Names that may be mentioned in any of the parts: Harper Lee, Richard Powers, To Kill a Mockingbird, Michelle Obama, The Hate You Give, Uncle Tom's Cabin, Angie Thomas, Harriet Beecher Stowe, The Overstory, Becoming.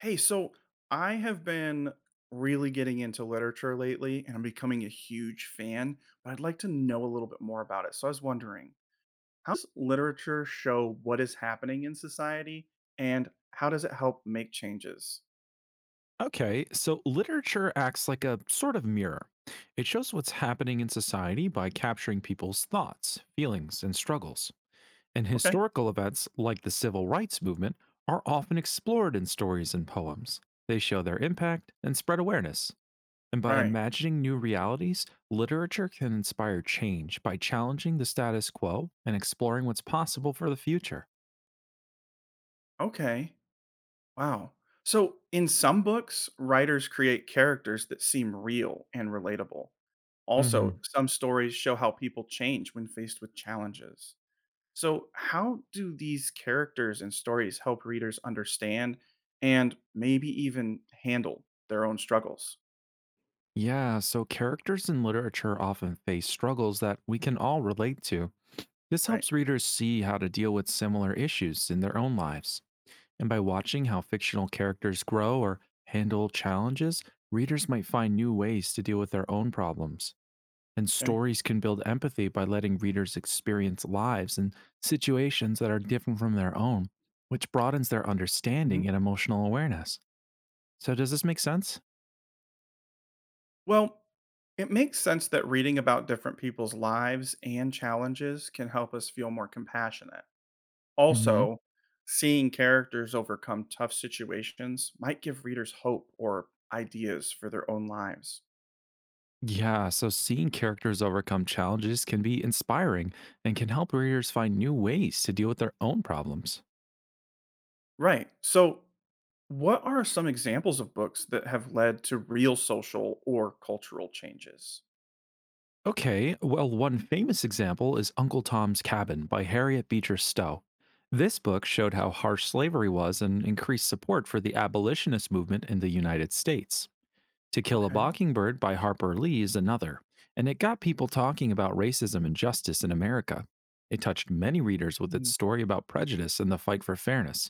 Hey, so I have been really getting into literature lately and I'm becoming a huge fan, but I'd like to know a little bit more about it. So I was wondering, how does literature show what is happening in society and how does it help make changes? Okay, so literature acts like a sort of mirror. It shows what's happening in society by capturing people's thoughts, feelings, and struggles. And Okay. historical events like the civil rights movement are often explored in stories and poems. They show their impact and spread awareness. And by Right. imagining new realities, literature can inspire change by challenging the status quo and exploring what's possible for the future. Okay. Wow. So in some books, writers create characters that seem real and relatable. Also, Mhm. some stories show how people change when faced with challenges. So, how do these characters and stories help readers understand and maybe even handle their own struggles? Yeah, so characters in literature often face struggles that we can all relate to. This Right. helps readers see how to deal with similar issues in their own lives. And by watching how fictional characters grow or handle challenges, readers might find new ways to deal with their own problems. And Okay. stories can build empathy by letting readers experience lives and situations that are different from their own, which broadens their hmm understanding and emotional awareness. So, does this make sense? Well, it makes sense that reading about different people's lives and challenges can help us feel more compassionate. Hmm. Also, seeing characters overcome tough situations might give readers hope or ideas for their own lives. Yeah, so seeing characters overcome challenges can be inspiring and can help readers find new ways to deal with their own problems. Right. So, what are some examples of books that have led to real social or cultural changes? Okay, well, one famous example is Uncle Tom's Cabin by Harriet Beecher Stowe. This book showed how harsh slavery was and increased support for the abolitionist movement in the United States. To Kill a Okay. Mockingbird by Harper Lee is another, and it got people talking about racism and justice in America. It touched many readers with its Mm. story about prejudice and the fight for fairness.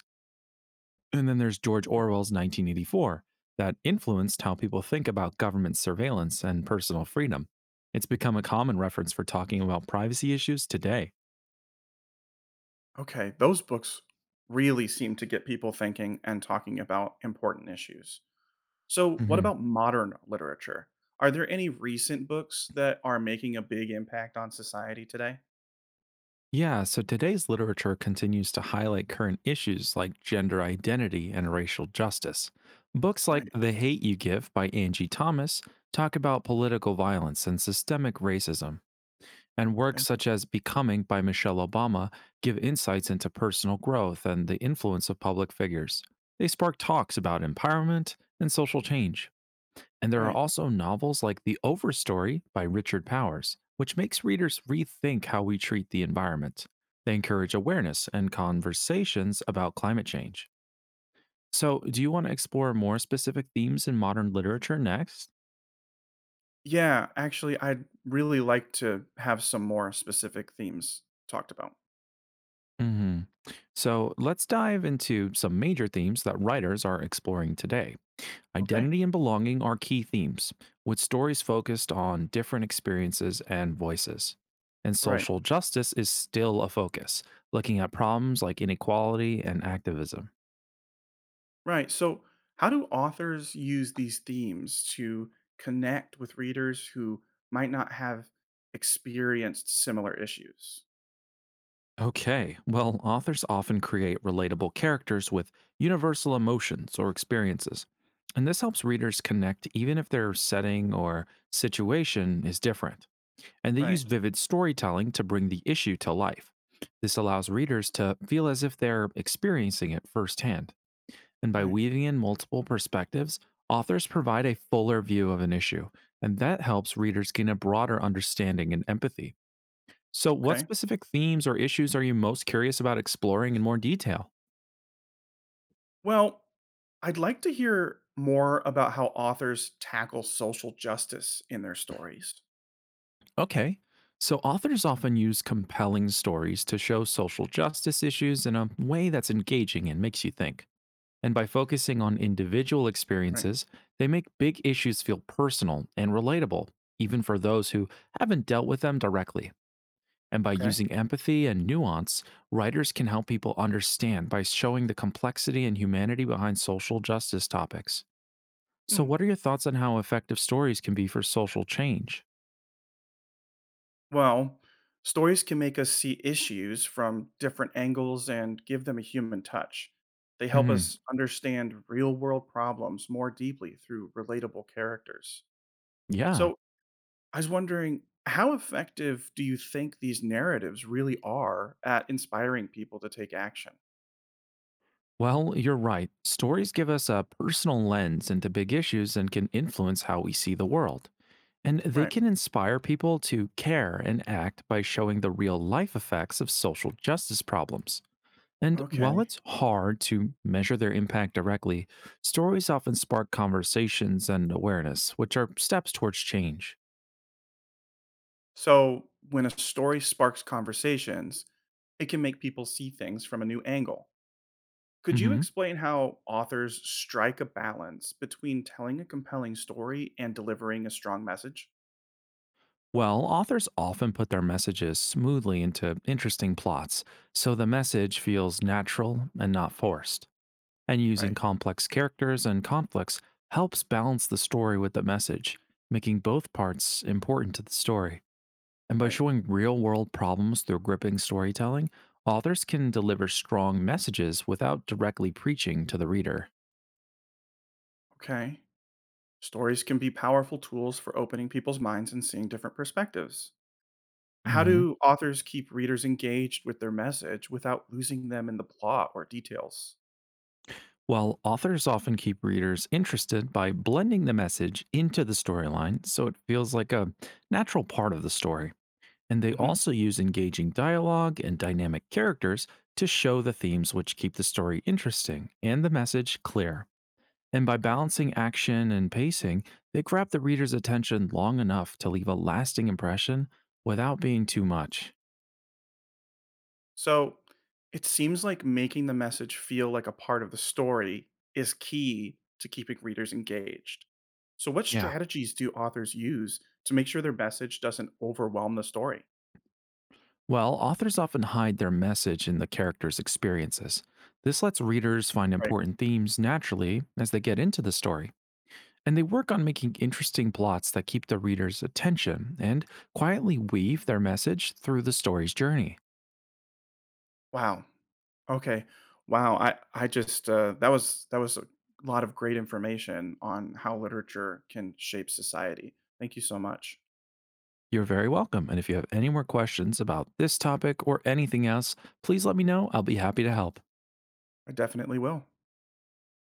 And then there's George Okay. Orwell's 1984 that influenced how people think about government surveillance and personal freedom. It's become a common reference for talking about privacy issues today. Okay. Those books really seem to get people thinking and talking about important issues. So, what Mhm. about modern literature? Are there any recent books that are making a big impact on society today? Yeah, so today's literature continues to highlight current issues like gender identity and racial justice. Books like Right. The Hate You Give by Angie Thomas talk about political violence and systemic racism. And works Okay. such as Becoming by Michelle Obama give insights into personal growth and the influence of public figures. They spark talks about empowerment and social change. And there are Right. also novels like The Overstory by Richard Powers, which makes readers rethink how we treat the environment. They encourage awareness and conversations about climate change. So, do you want to explore more specific themes in modern literature next? Yeah. Actually, I'd really like to have some more specific themes talked about. hmm So let's dive into some major themes that writers are exploring today. Okay. Identity and belonging are key themes, with stories focused on different experiences and voices. And Right. social justice is still a focus, looking at problems like inequality and activism. Right. So, how do authors use these themes to connect with readers who might not have experienced similar issues? Okay, well, authors often create relatable characters with universal emotions or experiences. And this helps readers connect even if their setting or situation is different. And they use Right. vivid storytelling to bring the issue to life. This allows readers to feel as if they're experiencing it firsthand. And by Right. weaving in multiple perspectives, authors provide a fuller view of an issue, and that helps readers gain a broader understanding and empathy. So, what Okay. specific themes or issues are you most curious about exploring in more detail? Well, I'd like to hear more about how authors tackle social justice in their stories. Okay. So, authors often use compelling stories to show social justice issues in a way that's engaging and makes you think. And by focusing on individual Right. experiences, they make big issues feel personal and relatable, even for those who haven't dealt with them directly. And by Okay. using empathy and nuance, writers can help people understand by showing the complexity and humanity behind social justice topics. So, Mm. what are your thoughts on how effective stories can be for social change? Well, stories can make us see issues from different angles and give them a human touch. They help Hmm. us understand real world problems more deeply through relatable characters. Yeah. So, I was wondering, how effective do you think these narratives really are at inspiring people to take action? Well, you're right. Stories give us a personal lens into big issues and can influence how we see the world. And they Right. can inspire people to care and act by showing the real life effects of social justice problems. And while Okay. it's hard to measure their impact directly, stories often spark conversations and awareness, which are steps towards change. So, when a story sparks conversations, it can make people see things from a new angle. Could you hmm explain how authors strike a balance between telling a compelling story and delivering a strong message? Well, authors often put their messages smoothly into interesting plots, so the message feels natural and not forced. And using Right, complex characters and conflicts helps balance the story with the message, making both parts important to the story. And by right. showing real world problems through gripping storytelling, authors can deliver strong messages without directly preaching to the reader. Okay. Stories can be powerful tools for opening people's minds and seeing different perspectives. How Mhm. do authors keep readers engaged with their message without losing them in the plot or details? While authors often keep readers interested by blending the message into the storyline so it feels like a natural part of the story. And they hmm also use engaging dialogue and dynamic characters to show the themes which keep the story interesting and the message clear. And by Okay. balancing action and pacing, they grab the reader's attention long enough to leave a lasting impression without being too much. So it seems like making the message feel like a part of the story is key to keeping readers engaged. So, what Yeah. strategies do authors use to make sure their message doesn't overwhelm the story? Well, authors often hide their message in the characters' experiences. This lets readers find Right. important themes naturally as they get into the story. And they work on making interesting plots that keep the reader's attention and quietly weave their message through the story's journey. Wow. Okay. Wow. I just that was a lot of great information on how literature can shape society. Thank you so much. You're very welcome, and if you have any more questions about this topic or anything else, please let me know. I'll be happy to help. I definitely will.